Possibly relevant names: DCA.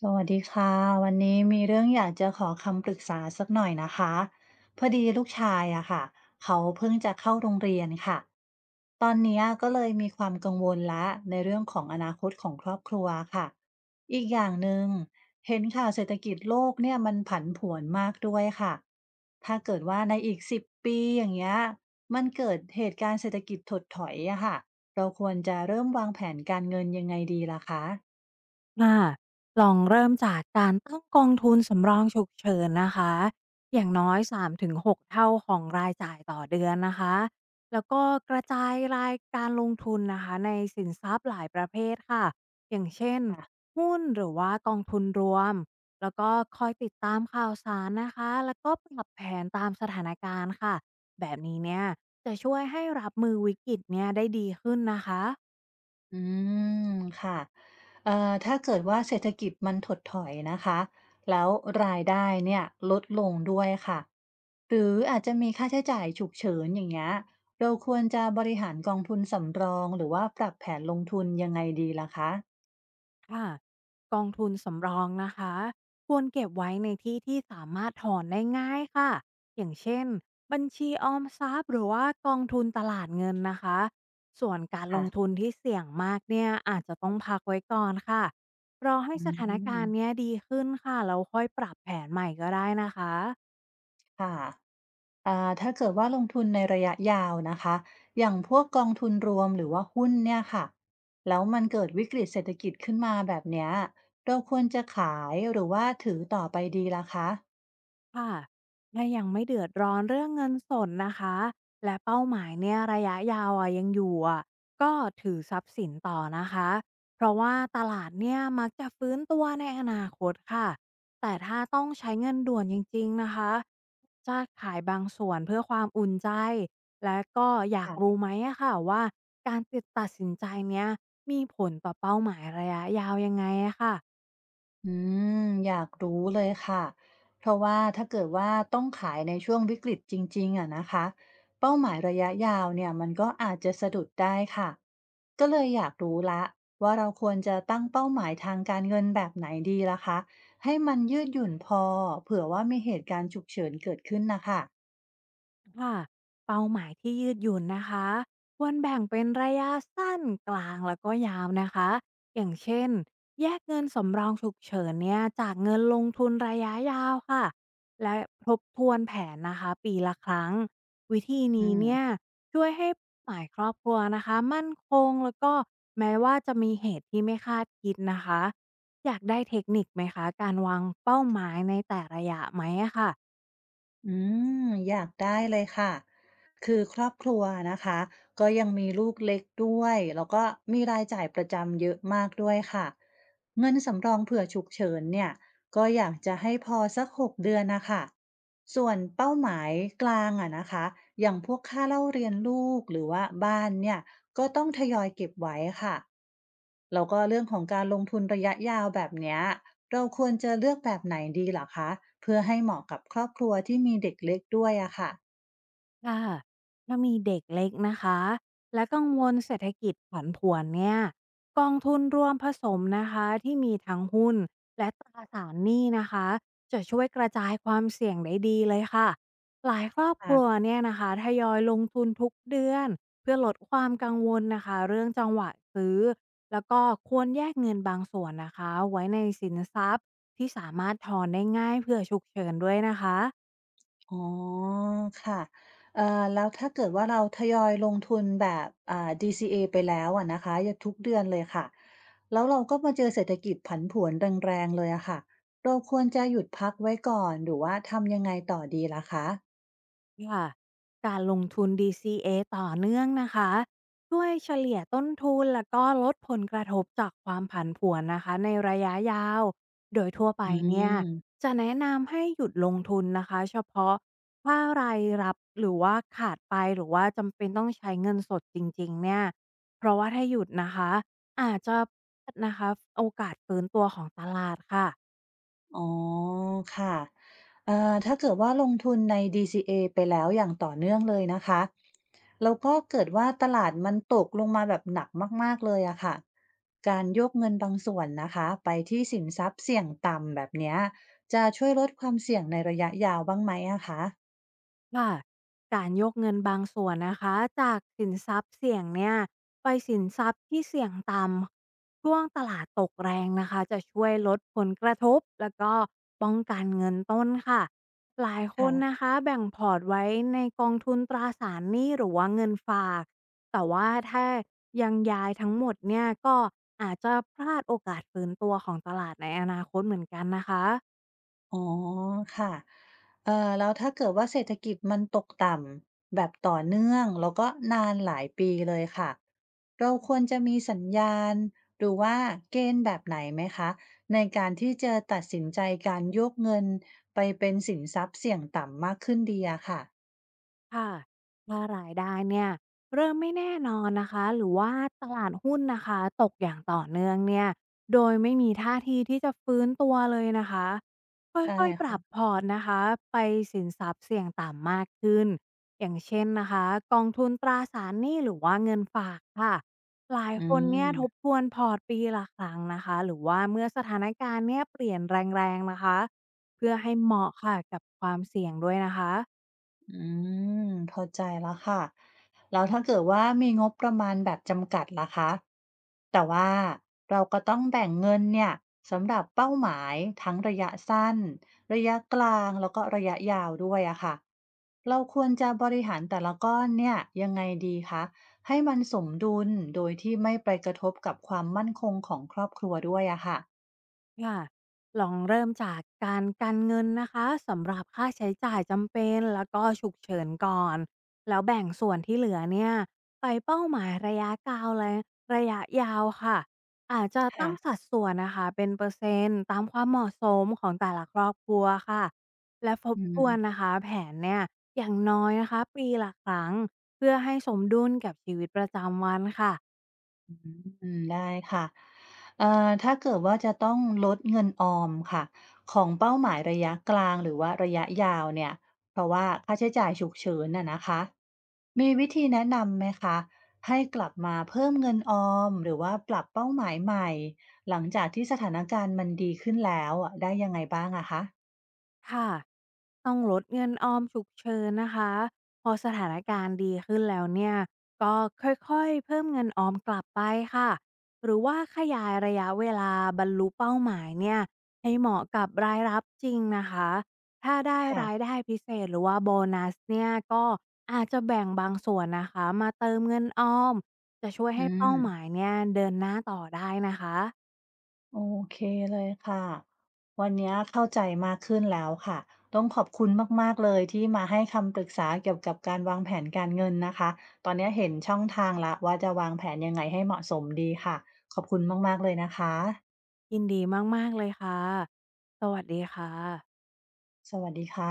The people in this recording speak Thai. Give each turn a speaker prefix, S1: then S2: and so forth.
S1: สวัสดีค่ะวันนี้มีเรื่องอยากจะขอคำปรึกษาสักหน่อยนะคะพอดีลูกชายอะค่ะเขาเพิ่งจะเข้าโรงเรียนค่ะตอนเนี้ยก็เลยมีความกังวลละในเรื่องของอนาคตของครอบครัวค่ะอีกอย่างหนึ่งเห็นข่าวเศรษฐกิจโลกเนี่ยมันผันผวนมากด้วยค่ะถ้าเกิดว่าในอีกสิบปีอย่างเงี้ยมันเกิดเหตุการณ์เศรษฐกิจถดถอยอะค่ะเราควรจะเริ่มวางแผนการเงินยังไงดีล่ะคะ
S2: ค่ะลองเริ่มจากการตั้งกองทุนสำรองฉุกเฉินนะคะอย่างน้อย3-6เท่าของรายจ่ายต่อเดือนนะคะแล้วก็กระจายรายการลงทุนนะคะในสินทรัพย์หลายประเภทค่ะอย่างเช่นหุ้นหรือว่ากองทุนรวมแล้วก็คอยติดตามข่าวสารนะคะแล้วก็ปรับแผนตามสถานการณ์ค่ะแบบนี้เนี่ยจะช่วยให้รับมือวิกฤตเนี่ยได้ดีขึ้นนะคะ
S1: อืมค่ะถ้าเกิดว่าเศรษฐกิจมันถดถอยนะคะแล้วรายได้เนี่ยลดลงด้วยค่ะหรืออาจจะมีค่าใช้จ่ายฉุกเฉินอย่างเงี้ยเราควรจะบริหารกองทุนสำรองหรือว่าปรับแผนลงทุนยังไงดีล่ะคะ
S2: ค่ะกองทุนสำรองนะคะควรเก็บไว้ในที่ที่สามารถถอนได้ง่ายค่ะอย่างเช่นบัญชีออมทรัพย์หรือว่ากองทุนตลาดเงินนะคะส่วนการล
S1: ค่ะ
S2: งทุนที่เสี่ยงมากเนี่ยอาจจะต้องพักไว้ก่อนค่ะรอให้
S1: อื
S2: สถานการณ์เนี้ย
S1: ม
S2: ดีขึ้นค่ะแล้วค่อยปรับแผนใหม่ก็ได้นะคะ
S1: ค่ะ ถ้าเกิดว่าลงทุนในระยะยาวนะคะอย่างพวกกองทุนรวมหรือว่าหุ้นเนี่ยค่ะแล้วมันเกิดวิกฤตเศรษฐกิจขึ้นมาแบบเนี้ยเราควรจะขายหรือว่าถือต่อไปดีล่ะคะ
S2: ค่ะถ้ายังไม่เดือดร้อนเรื่องเงินสดนะคะ และเป้าหมายเนี่ยระยะยาวอะยังอยู่อะก็ถือทรัพย์สินต่อนะคะ เพราะว่าตลาดเนี่ยมักจะฟื้นตัวในอนาคตค่ะแต่ถ้าต้องใช้เงินด่วนจริงๆนะคะจะขายบางส่วนเพื่อความอุ่นใจ และก็อยากรู้
S1: ค่ะ
S2: ไหมอะค่ะว่าการติดตัดสินใจเนี้ยมีผลต่อเป้าหมายระยะยาวยังไงอะค่ะ
S1: อืมอยากรู้เลยค่ะเพราะว่าถ้าเกิดว่าต้องขายในช่วงวิกฤตจริงๆอะนะคะเป้าหมายระยะยาวเนี่ยมันก็อาจจะสะดุดได้ค่ะก็เลยอยากรู้ละว่าเราควรจะตั้งเป้าหมายทางการเงินแบบไหนดีล่ะคะให้มันยืดหยุ่นพอเผื่อว่ามีเหตุการณ์ฉุกเฉินเกิดขึ้นนะคะ
S2: ค่ะเป้าหมายที่ยืดหยุ่นนะคะควรแบ่งเป็นระยะสั้นกลางแล้วก็ยาวนะคะอย่างเช่นแยกเงินสำรองฉุกเฉินเนี่ยจากเงินลงทุนระยะยาวค่ะและทบทวนแผนนะคะปีละครั้งวิธี
S1: อื
S2: นี้เนี่ย
S1: ม
S2: ช่วยให้หมายครอบครัวนะคะมั่นคงแล้วก็แม้ว่าจะมีเหตุที่ไม่คาดคิดนะคะอยากได้เทคนิคไหมคะการวางเป้าหมายในแต่ระยะไหมอะค่ะ
S1: อืมอยากได้เลยค่ะคือครอบครัวนะคะก็ยังมีลูกเล็กด้วยแล้วก็มีรายจ่ายประจำเยอะมากด้วยค่ะเงินสำรองเผื่อฉุกเฉินเนี่ยก็อยากจะให้พอสักหกเดือนนะคะส่วนเป้าหมายกลางอะนะคะอย่างพวกค่าเล่าเรียนลูกหรือว่าบ้านเนี่ยก็ต้องทยอยเก็บไว้ค่ะแล้วก็เรื่องของการลงทุนระยะยาวแบบเนี้ย เราควรจะเลือกแบบไหนดีเหรอคะเพื่อให้เหมาะกับครอบครัวที่มีเด็กเล็กด้วยอะค่ะ
S2: ค่ะถ้ามีเด็กเล็กนะคะและกังวลเศรษฐกิจผันผวนเนี่ยกองทุนรวมผสมนะคะที่มีทั้งหุ้นและตราสารหนี้นะคะจะช่วยกระจายความเสี่ยงได้ดีเลยค่ะหลายครอบครัว
S1: ค่ะ
S2: เนี่ยนะคะทยอยลงทุนทุกเดือนเพื่อลดความกังวลนะคะเรื่องจังหวะซื้อแล้วก็ควรแยกเงินบางส่วนนะคะไว้ในสินทรัพย์ที่สามารถถอนได้ง่ายเพื่อฉุกเฉินด้วยนะคะ
S1: อ๋อค่ะแล้วถ้าเกิดว่าเราทยอยลงทุนแบบDCA ไปแล้วอะนะคะอยาทุกเดือนเลยค่ะแล้วเราก็มาเจอเศรษฐกิจผันผวนแรงๆเลยอะค่ะเราควรจะหยุดพักไว้ก่อนหรือว่าทำยังไงต่อดีล่ะคะ
S2: ค่ะการลงทุน DCA ต่อเนื่องนะคะช่วยเฉลี่ยต้นทุนแล้วก็ลดผลกระทบจากความผันผวนนะคะในระยะยาวโดยทั่วไป
S1: อื
S2: เนี่ย
S1: ม
S2: จะแนะนำให้หยุดลงทุนนะคะเฉพาะว่ารายรับหรือว่าขาดไปหรือว่าจำเป็นต้องใช้เงินสดจริงๆเนี่ยเพราะว่าถ้าหยุดนะคะอาจจะนะคะโอกาสฟื้นตัวของตลาดค่ะ
S1: อ๋อค่ะถ้าเกิดว่าลงทุนใน DCA ไปแล้วอย่างต่อเนื่องเลยนะคะแล้วก็เกิดว่าตลาดมันตกลงมาแบบหนักมากๆเลยอะค่ะการโยกเงินบางส่วนนะคะไปที่สินทรัพย์เสี่ยงต่ำแบบเนี้ยจะช่วยลดความเสี่ยงในระยะยาวบ้างไหมอะคะ
S2: ค่ะการยกเงินบางส่วนนะคะจากสินทรัพย์เสี่ยงเนี่ยไปสินทรัพย์ที่เสี่ยงต่ำช่วงตลาดตกแรงนะคะจะช่วยลดผลกระทบแล้วก็ป้องกันเงินต้นค่ะหลายค
S1: ค่ะ
S2: นนะคะแบ่งพอร์ตไว้ในกองทุนตราสารหนี้หรือว่าเงินฝากแต่ว่าถ้ายังย้ายทั้งหมดเนี่ยก็อาจจะพลาดโอกาสฟื้นตัวของตลาดในอนาคตเหมือนกันนะคะ
S1: อ๋อค่ะเอ่อแล้วถ้าเกิดว่าเศรษฐกิจมันตกต่ำแบบต่อเนื่องแล้วก็นานหลายปีเลยค่ะ เราควรจะมีสัญญาณหรือว่าเกณฑ์แบบไหนไหมคะในการที่จะตัดสินใจการโยกเงินไปเป็นสินทรัพย์เสี่ยงต่ำมากขึ้นดีอะค่ะ
S2: ค่ะถ้ารายได้เนี่ยเริ่มไม่แน่นอนนะคะหรือว่าตลาดหุ้นนะคะตกอย่างต่อเนื่องเนี่ยโดยไม่มีท่าทีที่จะฟื้นตัวเลยนะคะ
S1: ใช่
S2: ค่อยๆปรับ
S1: ค่ะ
S2: พอร์ตนะคะไปสินทรัพย์เสี่ยงต่ำมากขึ้นอย่างเช่นนะคะกองทุนตราสารหนี้หรือว่าเงินฝากค่ะหลาย
S1: อื
S2: คนเนี่ยทบ
S1: ม
S2: ทวนพอร์ตปีละครั้งนะคะหรือว่าเมื่อสถานการณ์เนี่ยเปลี่ยนแรงๆนะคะเพื่อให้เหมาะค่ะกับความเสี่ยงด้วยนะคะ
S1: อืมเข้าใจแล้วค่ะแล้วถ้าเกิดว่ามีงบประมาณแบบจำกัดล่ะคะแต่ว่าเราก็ต้องแบ่งเงินเนี่ยสำหรับเป้าหมายทั้งระยะสั้น ระยะกลาง แล้วก็ระยะยาวด้วยอะค่ะเราควรจะบริหารแต่ละก้อนเนี่ยยังไงดีคะให้มันสมดุลโดยที่ไม่ไปกระทบกับความมั่นคงของครอบครัวด้วยอะค่ะ
S2: ค่ะลองเริ่มจากการกันเงินนะคะสำหรับค่าใช้จ่ายจำเป็นแล้วก็ฉุกเฉินก่อนแล้วแบ่งส่วนที่เหลือเนี่ยไปเป้าหมายระยะกลาวและระยะยาวค่ะอาจจะ
S1: ค่ะ
S2: ตั้งสัดส่วนนะคะเป็นเปอร์เซ็นต์ตามความเหมาะสมของแต่ละครอบครัวค่ะและทบ
S1: อื
S2: ทวน
S1: ม
S2: นะคะแผนเนี่ยอย่างน้อยนะคะปีละครั้งเพื่อให้สมดุลกับชีวิตประจำวันค่ะ
S1: อืมได้ค่ะถ้าเกิดว่าจะต้องลดเงินออมค่ะของเป้าหมายระยะกลางหรือว่าระยะยาวเนี่ย เพราะว่าค่าใช้จ่ายฉุกเฉินน่ะนะคะมีวิธีแนะนำไหมคะให้กลับมาเพิ่มเงินออมหรือว่าปรับเป้าหมายใหม่หลังจากที่สถานการณ์มันดีขึ้นแล้วอะได้ยังไงบ้างอะคะ
S2: ค่ะต้องลดเงินออมฉุกเฉินนะคะพอสถานการณ์ดีขึ้นแล้วเนี่ยก็ค่อยๆเพิ่มเงินออมกลับไปค่ะหรือว่าขยายระยะเวลาบรรลุเป้าหมายเนี่ยให้เหมาะกับรายรับจริงนะคะถ้าได้
S1: ค่ะ
S2: รายได้พิเศษหรือว่าโบนัสเนี่ยก็อาจจะแบ่งบางส่วนนะคะมาเติมเงินออมจะช่วย
S1: อื
S2: ให้เป้า
S1: ม
S2: หมายเนี่ยเดินหน้าต่อได้นะคะ
S1: โอเคเลยค่ะวันนี้เข้าใจมากขึ้นแล้วค่ะต้องขอบคุณมากๆเลยที่มาให้คำปรึกษาเกี่ยวกับการวางแผนการเงินนะคะตอนนี้เห็นช่องทางละวว่าจะวางแผนยังไงให้เหมาะสมดีค่ะขอบคุณมากๆเลยนะคะ
S2: ยินดีมากๆเลยค่ะสวัสดีค่ะ
S1: สวัสดีค่ะ